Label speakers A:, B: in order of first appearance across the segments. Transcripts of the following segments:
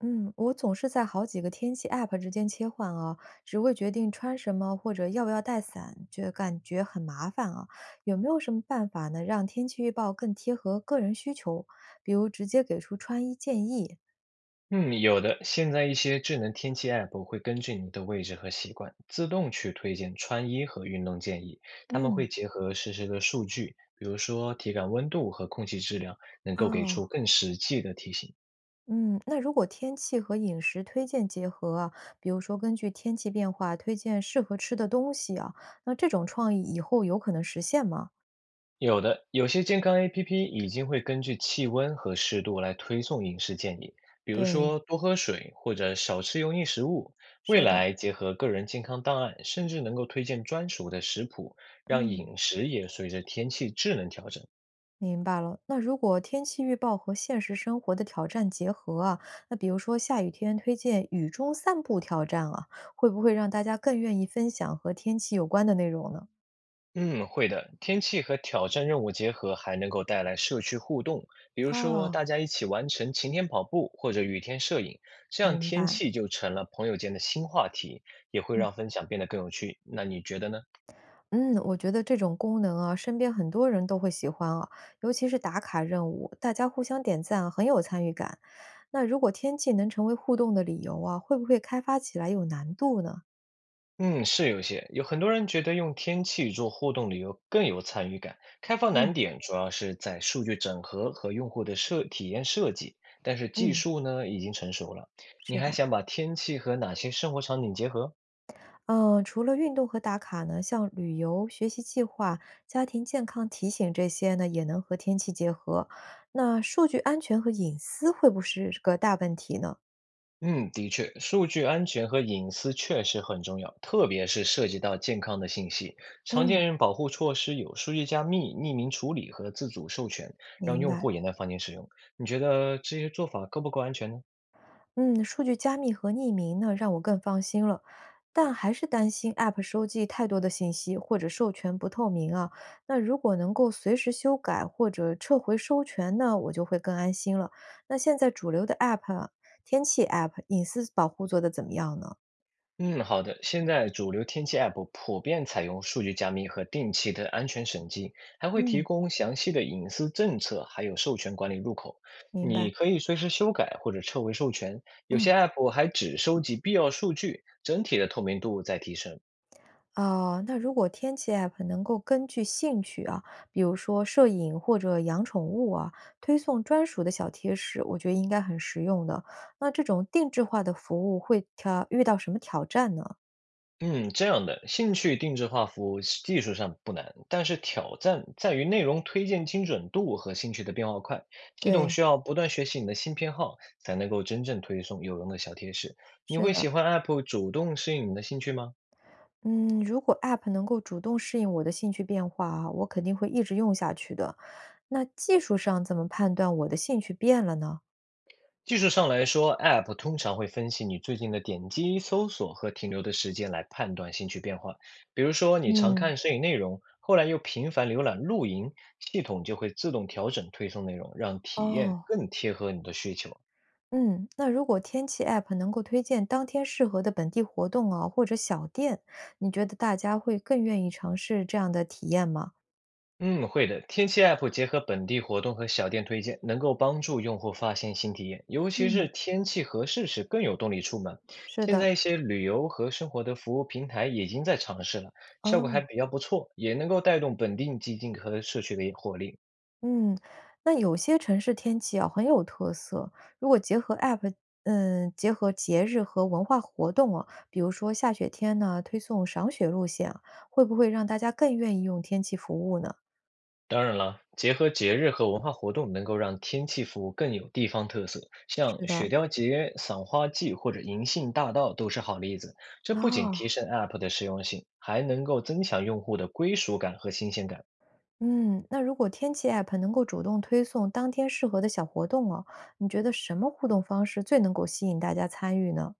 A: 嗯，我总是在好几个天气 App 之间切换啊，只会决定穿什么或者要不要带伞，就感觉很麻烦啊。有没有什么办法呢，让天气预报更贴合个人需求？比如直接给出穿衣建议。
B: 嗯，有的。现在一些智能天气 App 会根据你的位置和习惯，自动去推荐穿衣和运动建议。他们会
A: 嗯，
B: 结合实时的数据，比如说体感温度和空气质量，能够给
A: 哦，
B: 出更实际的提醒。
A: 嗯，那如果天气和饮食推荐结合啊，比如说根据天气变化推荐适合吃的东西啊，那这种创意以后有可能实现吗？
B: 有的，有些健康 APP 已经会根据气温和湿度来推送饮食建议，比如
A: 对，
B: 说多喝水或者少吃油腻食物。未
A: 是的，
B: 来结合个人健康档案，甚至能够推荐专属的食谱，让
A: 嗯。
B: 饮食也随着天气智能调整。
A: 明白了。那如果天气预报和现实生活的挑战结合啊，那比如说下雨天推荐雨中散步挑战啊，会不会让大家更愿意分享和天气有关的内容呢？
B: 嗯，会的。天气和挑战任务结合，还能够带来社区互动，比如说
A: 哦，
B: 大家一起完成晴天跑步或者雨天摄影，这样
A: 明
B: 天
A: 白。
B: 气就成了朋友间的新话题，也会
A: 嗯
B: 让分享变得更有趣。那你觉得呢？
A: 嗯，我觉得这种功能啊，身边很多人都会喜欢啊，尤其是打卡任务，大家互相点赞啊，很有参与感。那如果天气能成为互动的理由啊，会不会开发起来有难度呢？
B: 嗯，是有些，有很多人觉得用天气做互动旅游更有参与感。开放难
A: 嗯
B: 点主要是在数据整合和用户的设体验设计，但是技
A: 嗯，
B: 术呢已经成熟了。你
A: 是
B: 还
A: 的。
B: 想把天气和哪些生活场景结合？
A: 嗯，除了运动和打卡呢，像旅游、学习计划、家庭健康提醒这些呢，也能和天气结合。那数据安全和隐私会不会是个大问题呢？
B: 嗯，的确，数据安全和隐私确实很重要，特别是涉及到健康的信息。常
A: 嗯，
B: 见保护措施有数据加密、匿名处理和自主授权，让
A: 明
B: 用
A: 白。
B: 户也能放心使用。你觉得这些做法够不够安全呢？
A: 嗯，数据加密和匿名呢，让我更放心了，但还是担心 App 收集太多的信息或者授权不透明啊。那如果能够随时修改或者撤回授权呢，我就会更安心了。那现在主流的 App 啊天气 App 隐私保护做得怎么样呢？
B: 嗯，好的。现在主流天气 App 普遍采用数据加密和定期的安全审计，还会提
A: 嗯，
B: 供详细的隐私政策，还有授权管理入口。
A: 明
B: 你
A: 白。
B: 可以随时修改或者撤回授权，有
A: 嗯，
B: 些 App 还只收集必要数据，整体的透明度在提升。
A: 哦，那如果天气 App 能够根据兴趣啊，比如说摄影或者养宠物啊，推送专属的小贴士，我觉得应该很实用的。那这种定制化的服务会挑遇到什么挑战呢？
B: 嗯，这样的兴趣定制化服务是技术上不难，但是挑战在于内容推荐精准度和兴趣的变化快。系统
A: 对，
B: 需要不断学习你的新偏好，才能够真正推送有用的小贴士。你
A: 是
B: 会喜
A: 的。
B: 欢 App 主动适应你的兴趣吗？
A: 嗯，如果 App 能够主动适应我的兴趣变化啊，我肯定会一直用下去的。那技术上怎么判断我的兴趣变了呢？
B: 技术上来说，App 通常会分析你最近的点击、搜索和停留的时间来判断兴趣变化。比如说，你常
A: 嗯，
B: 看摄影内容，后来又频繁浏览露营，系统就会自动调整推送内容，让体验
A: 哦。
B: 更贴合你的需求。
A: 嗯，那如果天气 App 能够推荐当天适合的本地活动啊，或者小店，你觉得大家会更愿意尝试这样的体验吗？
B: 嗯，会的。天气 App 结合本地活动和小店推荐，能够帮助用户发现新体验，尤其
A: 嗯，
B: 是天气合适时更有动力出门。
A: 是
B: 现
A: 的，
B: 在一些旅游和生活的服务平台已经在尝试了，效果还
A: 哦，
B: 比较不错，也能够带动本地经济和社区的活力。
A: 嗯，那有些城市天气啊很有特色，如果结合 App，嗯，结合节日和文化活动啊，比如说下雪天呢，推送赏雪路线啊，会不会让大家更愿意用天气服务呢？
B: 当然了，结合节日和文化活动，能够让天气服务更有地方特色。
A: 是
B: 像雪
A: 的，
B: 雕节、赏花季或者银杏大道都是好例子。这不仅
A: 啊、
B: 提升 App 的实用性，还能够增强用户的归属感和新鲜感。
A: 嗯，那如果天气 App 能够主动推送当天适合的小活动哦，你觉得什么互动方式最能够吸引大家参与呢？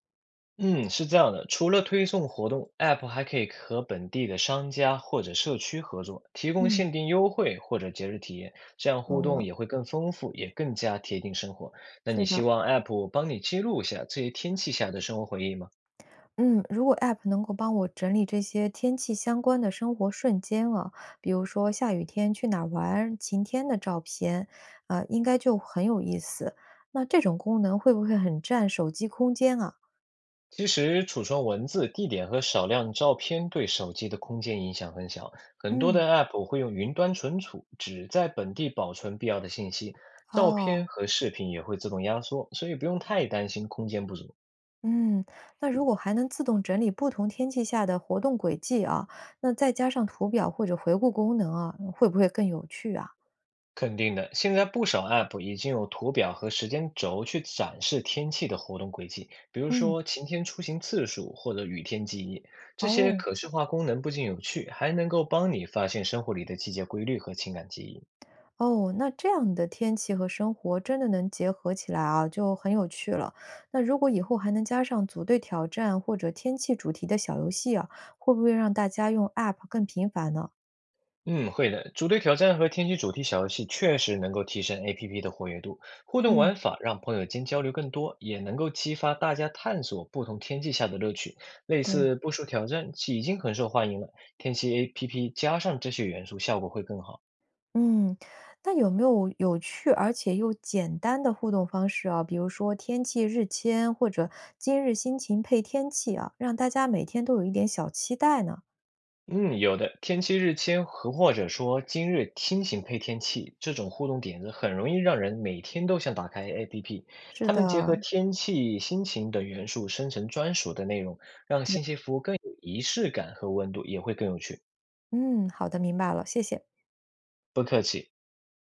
B: 嗯，是这样的，除了推送活动，App 还可以和本地的商家或者社区合作，提供
A: 嗯，
B: 限定优惠或者节日体验，这样互
A: 懂
B: 动
A: 了，
B: 也会更丰富，也更加贴近生活。那你
A: 是
B: 希
A: 的，
B: 望 App 帮你记录一下这些天气下的生活回忆吗？
A: 嗯，如果 App 能够帮我整理这些天气相关的生活瞬间啊，比如说下雨天去哪儿玩、晴天的照片，啊、应该就很有意思。那这种功能会不会很占手机空间啊？
B: 其实储存文字、地点和少量照片对手机的空间影响很小，很多
A: 嗯，
B: 的 App 会用云端存储，只在本地保存必要的信息，照
A: 哦，
B: 片和视频也会自动压缩，所以不用太担心空间不足。
A: 嗯，那如果还能自动整理不同天气下的活动轨迹啊，那再加上图表或者回顾功能啊，会不会更有趣啊？
B: 肯定的，现在不少 App 已经有图表和时间轴去展示天气的活动轨迹，比如
A: 嗯，
B: 说晴天出行次数或者雨天记忆。这些
A: 哦
B: 可视化功能不仅有趣，还能够帮你发现生活里的季节规律和情感记忆。
A: 哦，那这样的天气和生活真的能结合起来啊，就很有趣了。那如果以后还能加上组队挑战或者天气主题的小游戏啊，会不会让大家用 App 更频繁呢？
B: 嗯，会的。组队挑战和天气主题小游戏确实能够提升 APP 的活跃度，互动
A: 嗯，
B: 玩法让朋友间交流更多，也能够激发大家探索不同天气下的乐趣。类
A: 对。
B: 似步数挑战已经很受欢迎了，天气 APP 加上这些元素，效果会更好。
A: 嗯，那有没有有趣而且又简单的互动方式啊？比如说天气日签或者今日心情配天气啊，让大家每天都有一点小期待呢？
B: 嗯，有的，天气日签和或者说今日天情配天气这种互动点子，很容易让人每天都想打开 APP。
A: 是
B: 他
A: 的，
B: 们结合天气、心情等元素，生成专属的内容，让
A: 对，
B: 信息服务更有仪式感和温度，也会更有趣。
A: 嗯，好的，明白了，谢谢。
B: 不客气。